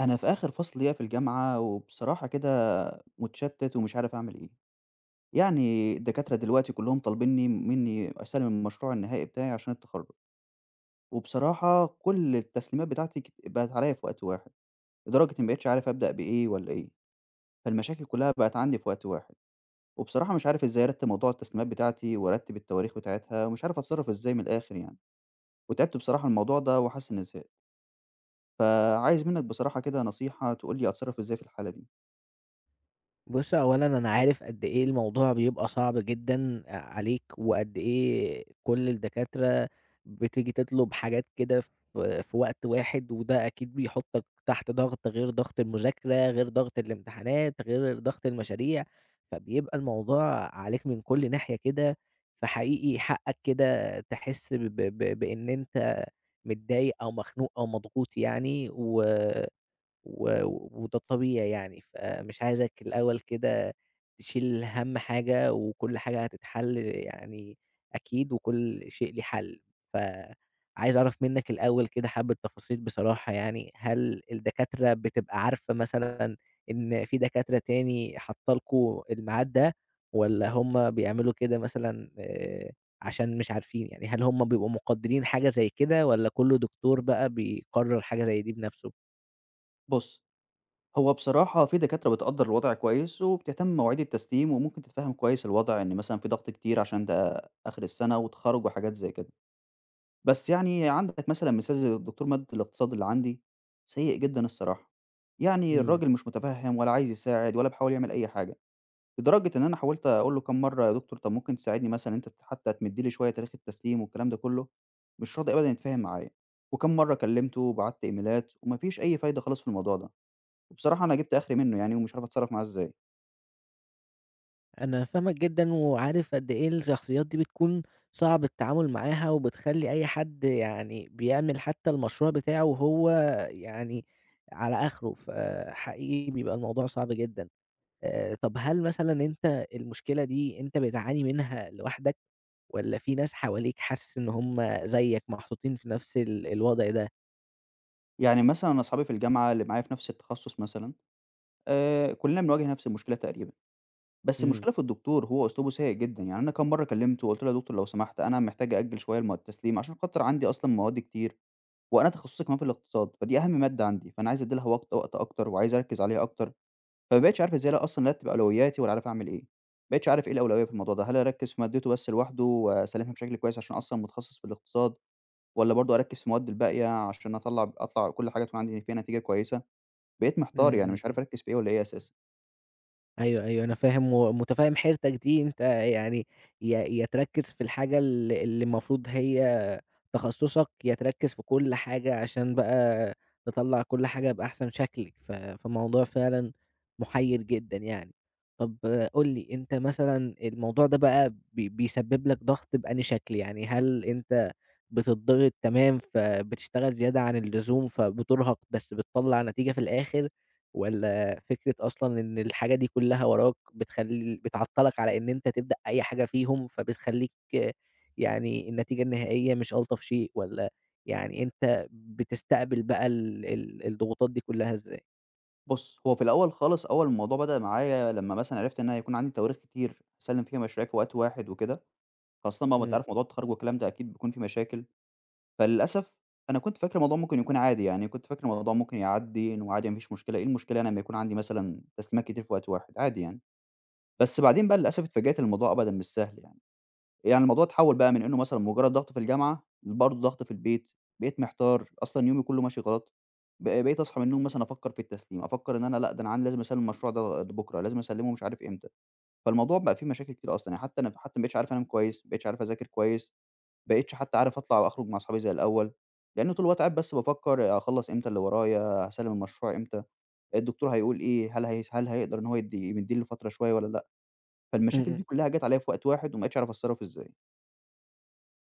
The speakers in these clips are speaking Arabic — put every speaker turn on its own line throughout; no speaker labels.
أنا في آخر فصل ليا في الجامعة، وبصراحة كده متشتت ومش عارف أعمل إيه. يعني الدكاترة دلوقتي كلّهم طالبينّي منّي أسلّم المشروع النهائي بتاعي عشان التخرُّج، وبصراحة كل التسليمات بتاعتي بقت عليّا في وقت واحد، لدرجة إنّي ما بقيتش عارف أبدأ بإيه والّا إيه. فالمشاكل كلّها بقت عندي في وقت واحد، وبصراحة مش عارف إزاي أرتّب موضوع التسليمات بتاعتي وأرتّب التواريخ بتاعتها، ومش عارف أتصرّف إزاي من الآخر يعني. وتعبت بصراحة من الموضوع ده وحاسس إنّي زهقت، فعايز منّك بصراحة كده نصيحة تقول لي أتصرّف إزاي في الحالة دي.
بُص، أولًا أنا عارف قد إيه الموضوع بيبقى صعب جدًا عليك، وقد إيه كل الدكاترة بتيجي تطلب حاجات كده في وقت واحد، وده أكيد بيحطك تحت ضغط غير ضغط المذاكرة، غير ضغط الامتحانات، غير ضغط المشاريع، فبيبقى الموضوع عليك من كل ناحية كده، فحقيقي حقك كده تحس ب ب بإن أنت متضايق أو مخنوق أو مضغوط يعني و و وده الطبيعي يعني، فمش عايزك الأول كده تشيل هَم حاجة وكل حاجة هتتحل يعني أكيد وكل شيء ليه حل. فعايز أعرف منّك الأول كده حبّة تفاصيل بصراحة يعني، هل الدكاترة بتبقى عارفة مثلًا إن في دكاترة تاني حاطّة لكم الميعاد ده والّا هم بيعملوا كده مثلًا عشان مش عارفين؟ يعني هل هم بيبقوا مقدّرين حاجة زي كده والّا كل دكتور بقى بيقرّر حاجة زي دي بنَفْسه؟
بُص، هو بصراحة في دكاترة بتقدّر الوضع كويس، وبتهتم بمواعيد التسليم، وممكن تتفهم كويس الوضع إن مثلًا في ضغط كتير عشان ده آخر السنة وتخرُّج وحاجات زي كده. بس يعني عندك مثلًا مثال زي دكتور مادة الاقتصاد اللي عندي، سيء جدًا الصراحة. يعني
إمم.
الراجل مش متفهم ولا عايز يساعد ولا بيحاول يعمل أي حاجة، لدرجة إن أنا حاولت أقول له كام مرّة يا دكتور طب ممكن تساعدني مثلًا أنت ت حتى تمِد لي شوية تاريخ التسليم والكلام ده كله، مش راضي أبدًا يتفاهم معايا. وكام مرّة كلّمته وبعت إيميلات وما فيش أي فايدة خالص في الموضوع ده. وبصراحة أنا جِبت آخري منّه يعني ومش عارف أتصرّف معاه إزاي.
أنا فاهمك جدًا، وعارف قد إيه الشخصيات دي بتكون صعب التعامل معاها، وبتخلّي أي حد يعني بيعمل حتى المشروع بتاعه وهو يعني على آخره، فحقيقي بيبقى الموضوع صعب جدًا. طب هل مثلًا أنت المشكلة دي أنت بتعاني منها لوحدك، والّا في ناس حواليك حاسس إن هُم زيك محطوطين في نفس الوضع ده؟
يعني مثلًا أنا أصحابي في الجامعة اللي معايا في نفس التخصُّص مثلًا، كُلّنا بنواجه نفس المشكلة تقريبًا، بس
إمم،
المشكلة في الدكتور هو أسلوبه سيء جدًا، يعني أنا كام مرّة كلّمته وقُلت له: "يا دكتور لو سمحت أنا محتاج أأجّل شوية التسليم عشان خاطر عندي أصلًا مواد كتير وأنا تخصُّصي كمان في الاقتصاد، فدي أهَم مادة عندي، فأنا عايز أدّي لها وقت أكتر وعايز أركّز عليها أكتر." فما بقيتش عارف إزاي لا أصلًا أرتّب أولوياتي ولا عارف أعمل إيه. ما بقيتش عارف إيه الأولوية في الموضوع ده، هل أركّز في مادته بس لوحده وأسلّمها بشكل كويس عشان أصلًا متخصص في الاقتصاد؟ والّا برضه أركّز في المواد الباقية عشان أطلع كل حاجة تكون عندي فيها نتيجة كويسة؟ بقيت محتار،
إمم،
يعني
إمم،
مش
إمم.
عارف أركّز في إيه والّا إيه أساسًا.
أيوه، أيوه، أنا فاهم ومتفهم حيرتك دي، أنت يعني يا تركّز في الحاجة اللي المفروض هي تخصُّصك، يا تركّز في كل حاجة عشان بقى تطلّع كل حاجة بأحسن شكل، فالموضوع فعلًا مُحيّر جدًا يعني. طَب قُل لي، أنت مثلًا الموضوع ده بقى بيسبب لك ضغط بأنهي شكل؟ يعني هل أنت بتتضغط تمام، فبتشتغل زيادة عن اللزوم، فبتُرهق بس بتطلّع نتيجة في الآخر، والّا فكرة أصلًا إن الحاجة دي كلّها وراك بتخلّي بتعطّلك على إن أنت تبدأ أي حاجة فيهم، فبتخلّيك آه، يعني النتيجة النهائية مش ألطف شيء، والّا يعني أنت بتستقبل بقى ال ال الضغوطات دي كلّها إزاي؟
بُص، هو في الأول خالص أول ما الموضوع بدأ معايا لمّا مثلًا عرفت إن أنا هيكون عندي تواريخ كتير أسلِّم فيها مشاريع في وقت واحد وكده، خاصةً بقى ما أنت
إمم.
عارف موضوع التخرُّج والكلام ده أكيد بيكون في مشاكل، فللأسف أنا كنت فاكر الموضوع ممكن يكون عادي، يعني كنت فاكر الموضوع ممكن يعدّي إنه عادي ما فيش مشكلة، إيه المشكلة يعني أمّا يكون عندي مثلًا تسليمات كتير في وقت واحد، عادي يعني. بس بعدين بقى للأسف اتفاجأت إن الموضوع أبدًا مش سهل يعني. يعني الموضوع اتحوّل بقى من إنه مثلًا مجرّد ضغط في الجامعة، لبرضه ضغط في البيت، بقيت محتار، أصلًا يومي كُلّه ماشي غلط، بقيت أصحى من النوم مثلًا أفكّر في التسليم، أفكّر إن أنا لأ، ده أنا عندي لازم أسلّم المشروع ده بُكرة، لازم أسلّمه مش عارف إمتى، فالموضوع بقى فيه مشاكل كتير أصلًا، يعني حتى أنا حتى ما بقيتش عارف أنام كويس، ما بقيتش عارف أذاكر كويس، ما بقيتش حتى عارف أطلع وأخرج مع أصحابي زي الأول، لإن طول الوقت قاعد بس بافكّر أخلّص إمتى اللي ورايا، هاسلّم المشروع إمتى، الدكتور هيقول إيه، هل هيقدر إن هو مدّيني فترة شوية والّا لأ،
إمم،
فالمشاكل دي
إمم.
كُلّها جات عليّا في وقت واحد وما بقيتش عارف أتصرّف إزاي.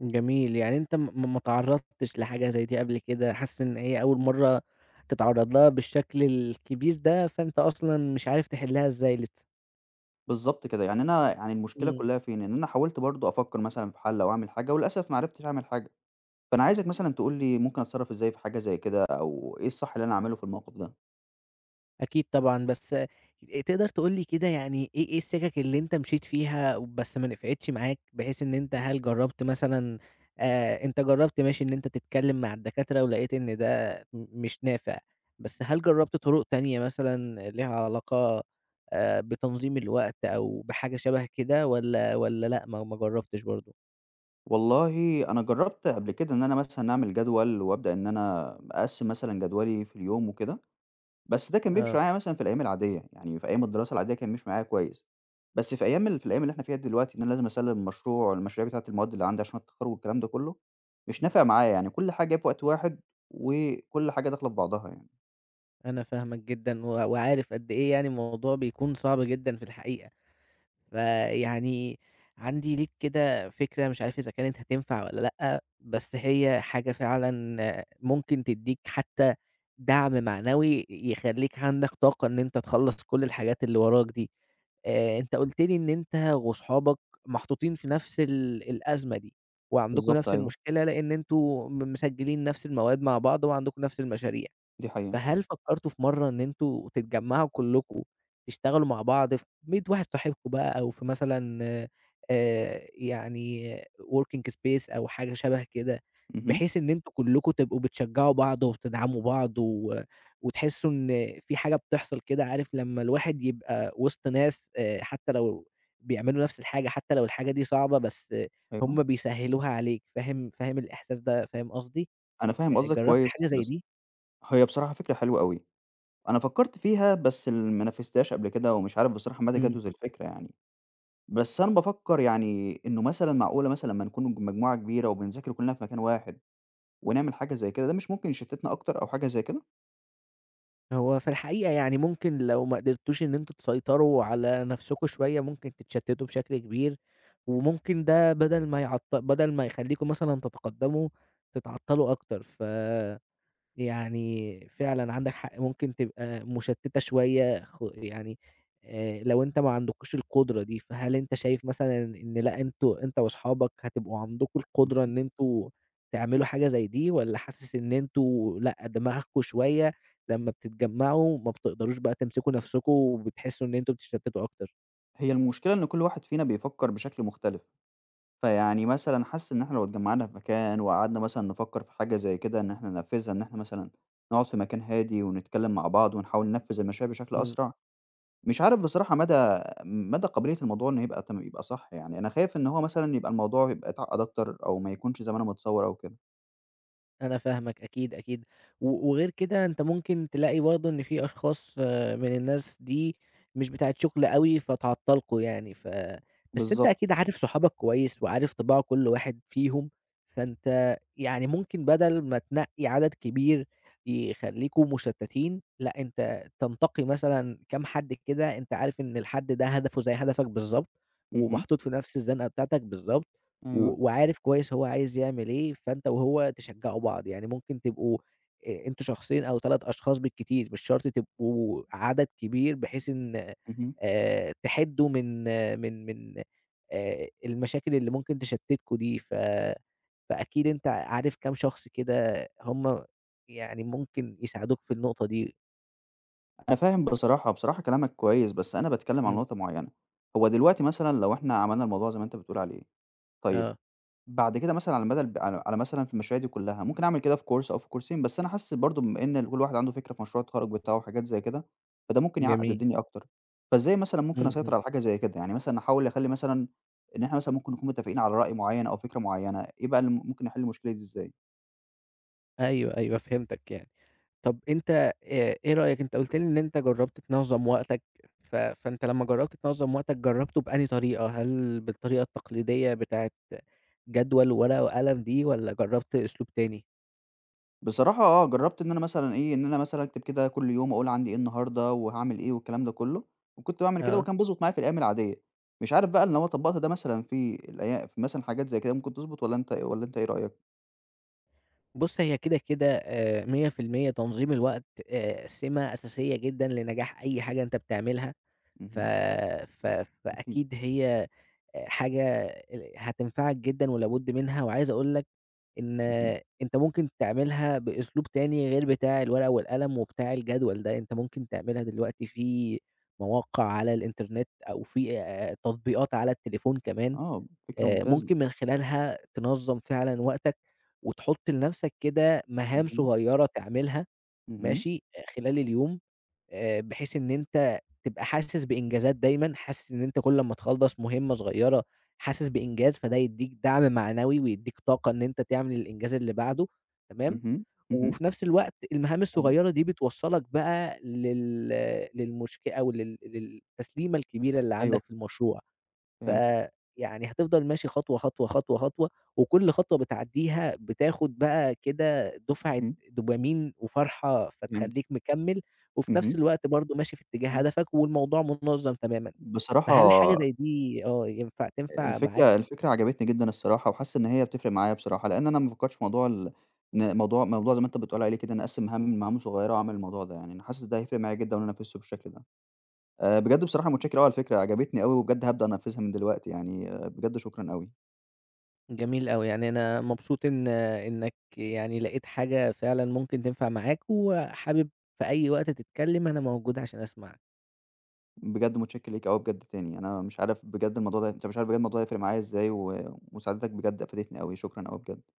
جميل، يعني أنت م م ما تعرّضتش لحاجة زي دي قبل كده، حاسس إن هي أول مرّة تتعرّض لها بالشكل الكبير ده، فأنت أصلًا مش عارف تحلّها إزاي لسه.
بالضبط كده، يعني أنا يعني المشكلة
إمم.
كلّها فين، إن أنا حاولت برضه أفكّر مثلًا في حَل أو أعمل حاجة وللأسف ما عرفتش أعمل حاجة، فأنا عايزك مثلًا تقول لي ممكن أتصرّف إزاي في حاجة زي كده أو إيه الصح اللي أنا أعمله في الموقف ده؟
أكيد طبعًا، بس تقدر تقول لي كده يعني إيه السِكَك اللي أنت مشيت فيها بس ما نفعتش معاك، بحيث إن أنت هل جرّبت مثلًا أنت جرّبت ماشي إن أنت تتكلّم مع الدكاترة ولقيت إن ده مش نافع، بس هل جرّبت طُرق تانية مثلًا ليها علاقة بتنظيم الوقت أو بحاجة شَبه كده والّا لأ ما جرّبتش برضه؟
والله أنا جرّبت قبل كده إن أنا مثلًا أعمل جدول وأبدأ إن أنا أقسّم مثلًا جدولي في اليوم وكده. بس ده كان بيمشي
آه،
معايا مثلًا في الأيام العادية، يعني في أيام الدراسة العادية كان بيمشي معايا كويس، بس في أيام ال في الأيام اللي إحنا فيها دلوقتي إن أنا لازم أسلِّم مشروع والمشاريع بتاعة المواد اللي عندي عشان التخرُّج والكلام ده كُلّه، مش نافع معايا، يعني كل حاجة في وقت واحد وكل حاجة داخلة في بعضها يعني.
أنا فاهمك جدًا وعارف قد إيه يعني الموضوع بيكون صعب جدًا في الحقيقة. فيعني عندي ليك كده فكرة مش عارف إذا كانت هتنفع والّا لأ، بس هي حاجة فعلًا ممكن تدّيك حتى دعم معنوي يخلّيك عندك طاقة إن أنت تخلّص كل الحاجات اللي وراك دي. أنت قُلت لي إن أنت وأصحابك محطوطين في نفس الأزمة دي وعندكم
بالضبط
نفس
أيوه،
المشكلة، لإن أنتم مسجّلين نفس المواد مع بعض وعندكم نفس المشاريع.
دي حقيقة.
فهل فكّرتوا في مرّة إن أنتم تتجمّعوا كلّكم تشتغلوا مع بعض في 100 واحد صاحبكم بقى أو في مثلًا آآ يعني working space أو حاجة شَبه كده،
اهم.
بحيث إن أنتم كلّكم تبقوا بتشجّعوا بعض وبتدعموا بعض وتحسّوا إن في حاجة بتحصل كده عارف لمّا الواحد يبقى وسط ناس حتّى لو بيعملوا نَفْس الحاجة، حتّى لو الحاجة دي صعبة بس آه،
أيوه.
هم بيسهّلوها عليك، فاهم فاهم الإحساس ده، فاهم قصدي؟
أنا فاهم قصدك
جرّبت
كويس،
حاجة زي
بس
دي؟
هي بصراحة فكرة حلوة أوي، أنا فكّرت فيها بس ما نفّذتهاش قبل كده ومش عارف بصراحة مدى
إمم.
جَدوى الفكرة يعني، بس أنا بافكّر يعني إنه مثلًا معقولة مثلًا أمّا نكون مجموعة كبيرة وبنذاكر كُلّنا في مكان واحد ونعمل حاجة زي كده، ده مش ممكن يشتتنا أكتر أو حاجة زي كده؟
هو في الحقيقة يعني ممكن لو ما قدرتوش إن أنتم تسيطروا على نفسكم شوية ممكن تتشتتوا بشكل كبير، وممكن ده بدل ما يخليكم مثلًا تتقدموا تتعطلوا أكتر يعني فعلًا عندك حق، ممكن تبقى مشتِّتة شوية يعني لو أنت ما عندكوش القدرة دي، فهل أنت شايف مثلًا إن لأ، أنتم أنت وأصحابك هتبقوا عندكم القدرة
اهم.
إن أنتم تعملوا حاجة زي دي والّا حاسس إن أنتم لأ، دماغكم شوية لمّا بتتجمّعوا ما بتقدروش بقى تمسكوا نَفْسكم وبتحسّوا إن أنتم بتتشتِّتوا أكتر؟
هي المشكلة إن كل واحد فينا بيفكّر بشكل مختلف، فيعني مثلًا حاسس إن إحنا لو اتجمّعنا في مكان وقعدنا مثلًا نفكّر في حاجة زي كده إن إحنا ننفّذها، إن إحنا مثلًا نقعد في مكان هادي ونتكلّم مع بعض ونحاول ننفّذ المشاريع بشكل
إمم.
أسرع، مش عارف بصراحة مدى قابلية الموضوع إنه يبقى صح يعني، أنا خايف إن هو مثلًا الموضوع يبقى يتعقّد أكتر أو ما يكونش زي ما أنا متصوّر أو كده.
أنا فاهمك أكيد، أكيد، وغير كده أنت ممكن تلاقي برضه إن في أشخاص آه، من الناس دي مش بتاعة شغل أوي فتعطّلكوا يعني، بس أنت
بالضبط.
أكيد عارف صحابك كويس وعارف طباع كل واحد فيهم، فأنت يعني ممكن بدل ما تنقّي عدد كبير يخلّيكوا مشتّتين، لأ أنت تنتقي مثلًا كام حد كده أنت عارف إن الحد ده هدفه زي هدفك بالضبط،
اهم.
ومحطوط في نفس الزنقة بتاعتك بالضبط. و
أيوه.
وعارف كويس هو عايز يعمل إيه، فأنت وهو تشجّعوا بعض، يعني ممكن تبقوا أنتم شخصين أو 3 أشخاص بالكتير، مش شرط تبقوا عدد كبير بحيث إن
اهم.
تحِدّوا من آه، من المشاكل اللي ممكن تشتّتكم دي، فأكيد أنت عارف كام شخص كده هم يعني ممكن يساعدوك في النقطة دي.
أنا فاهم بصراحة، بصراحة كلامك كويس، بس أنا باتكلّم عن
إمم.
نقطة معيّنة، هو دلوقتي مثلًا لو إحنا عملنا الموضوع زي ما أنت بتقول عليه، طيب
آه.
بعد كده مثلًا على مدى الب على على مثلًا في المشاريع دي كلّها، ممكن أعمل كده في كورس أو في كورسين، بس أنا حاسس برضه بما إن كل واحد عنده فكرة في مشروع التخرُّج بتاعه وحاجات زي كده، فده ممكن يعقّد
جميل.
الدنيا أكتر، فإزاي مثلًا ممكن
إمم، إمم.
أسيطر على حاجة زي كده؟ يعني مثلًا أحاول أخلّي مثلًا إن إحنا مثلًا ممكن نكون متّفقين على رأي معيّن أو فكرة معيّنة، إيه بقى اللي ممكن نحل المشكلة دي إزاي؟
أيوه، أيوه فهمتك يعني. طب أنت إيه رأيك أنت قُلت لي إن أنت جرّبت تنظّم وقتك، فأنت لمّا جرّبت تنظّم وقتك جرّبته بأنهي طريقة؟ هل بالطريقة التقليدية بتاعة جدول وورقة وقلم دي والّا جرّبت أسلوب تاني؟
بصراحة آه، جرّبت إن أنا مثلًا إيه، إن أنا مثلًا أكتب كده كل يوم أقول عندي إيه النهارده وهاعمل إيه والكلام ده كُلّه، وكنت باعمل كده
آه.
وكان بيضبط معايا في الأيام العادية، مش عارف بقى لو أنا طبّقت ده مثلًا في مثلًا حاجات زي كده ممكن تضبط والّا أنت إيه، والّا أنت إيه رأيك؟
بُص هي كده 100% تنظيم الوقت سِمة أساسية جدًا لنجاح أي حاجة أنت بتعملها، ف
اهم.
ف
أكيد.
فأكيد هي آه، حاجة هتنفعك جدًا ولابد منها، وعايز أقول لك إن
اهم.
أنت ممكن تعملها بأسلوب تاني غير بتاع الورقة والقلم وبتاع الجدول ده، أنت ممكن تعملها دلوقتي في مواقع على الإنترنت أو في تطبيقات على التليفون كمان،
آه، فكرة ممتازة.
ممكن من خلالها تنظّم فعلًا وقتك وتحُط لنَفْسك كده مهام
اهم.
صغيّرة تعملها
اهم.
ماشي، خلال اليوم بحيث إن أنت تبقى حاسس بإنجازات دايمًا، حاسس إن أنت كل أمّا تخلّص مهمة صغيّرة حاسس بإنجاز، فده يدّيك دعم معنوي ويدّيك طاقة إن أنت تعمل الإنجاز اللي بعده، تمام،
اهم. اهم.
وفي نفس الوقت المهام
فاهم.
الصغيّرة دي بتوصّلك بقى لل للمشك أو لل للتسليمة الكبيرة اللي
أيوه،
عندك في المشروع.
فهمتك.
فيعني هتفضل ماشي خطوة، خطوة، خطوة، خطوة، وكل خطوة بتعدّيها بتاخد بقى كده دُفعة
اهم.
دوبامين وفرحة،
فهمت.
فتخلّيك مكمّل، وفي نفس
اهم.
الوقت برضه ماشي في اتجاه
حلو.
هدفك والموضوع منظّم تمامًا.
بصراحة
فهل حاجة زي دي آه، تنفع معاك؟
الفكرة عجبتني جدًا الصراحة، وحاسس إن هي بتفرق معايا بصراحة، لإن أنا ما فكرتش في موضوع ال إن موضوع زي ما أنت بتقول عليه كده، إني أقسّم مهام لمهام صغيرة وأعمل الموضوع ده، يعني أنا حاسس ده هيفرق معايا جدًا لو أنا نفذته بالشكل ده. بجد بصراحة متشكر أوي على الفكرة، عجبتني أوي، وبجد هابدأ أنفذها من دلوقتي يعني، آه، بجد شكرًا أوي.
جميل أوي، يعني أنا مبسوط إنك يعني لقيت حاجة فعلًا ممكن تنفع معاك، وحابب في أي وقت تتكلم أنا موجود عشان أسمعك.
بجد متشكر ليك أوي بجد تاني، أنا مش عارف بجد الموضوع ده أنت مش عارف بجد الموضوع ده هيفرق معايا إزاي، ومساعدتك بجد أفادتني أوي، شكرًا أوي بجد.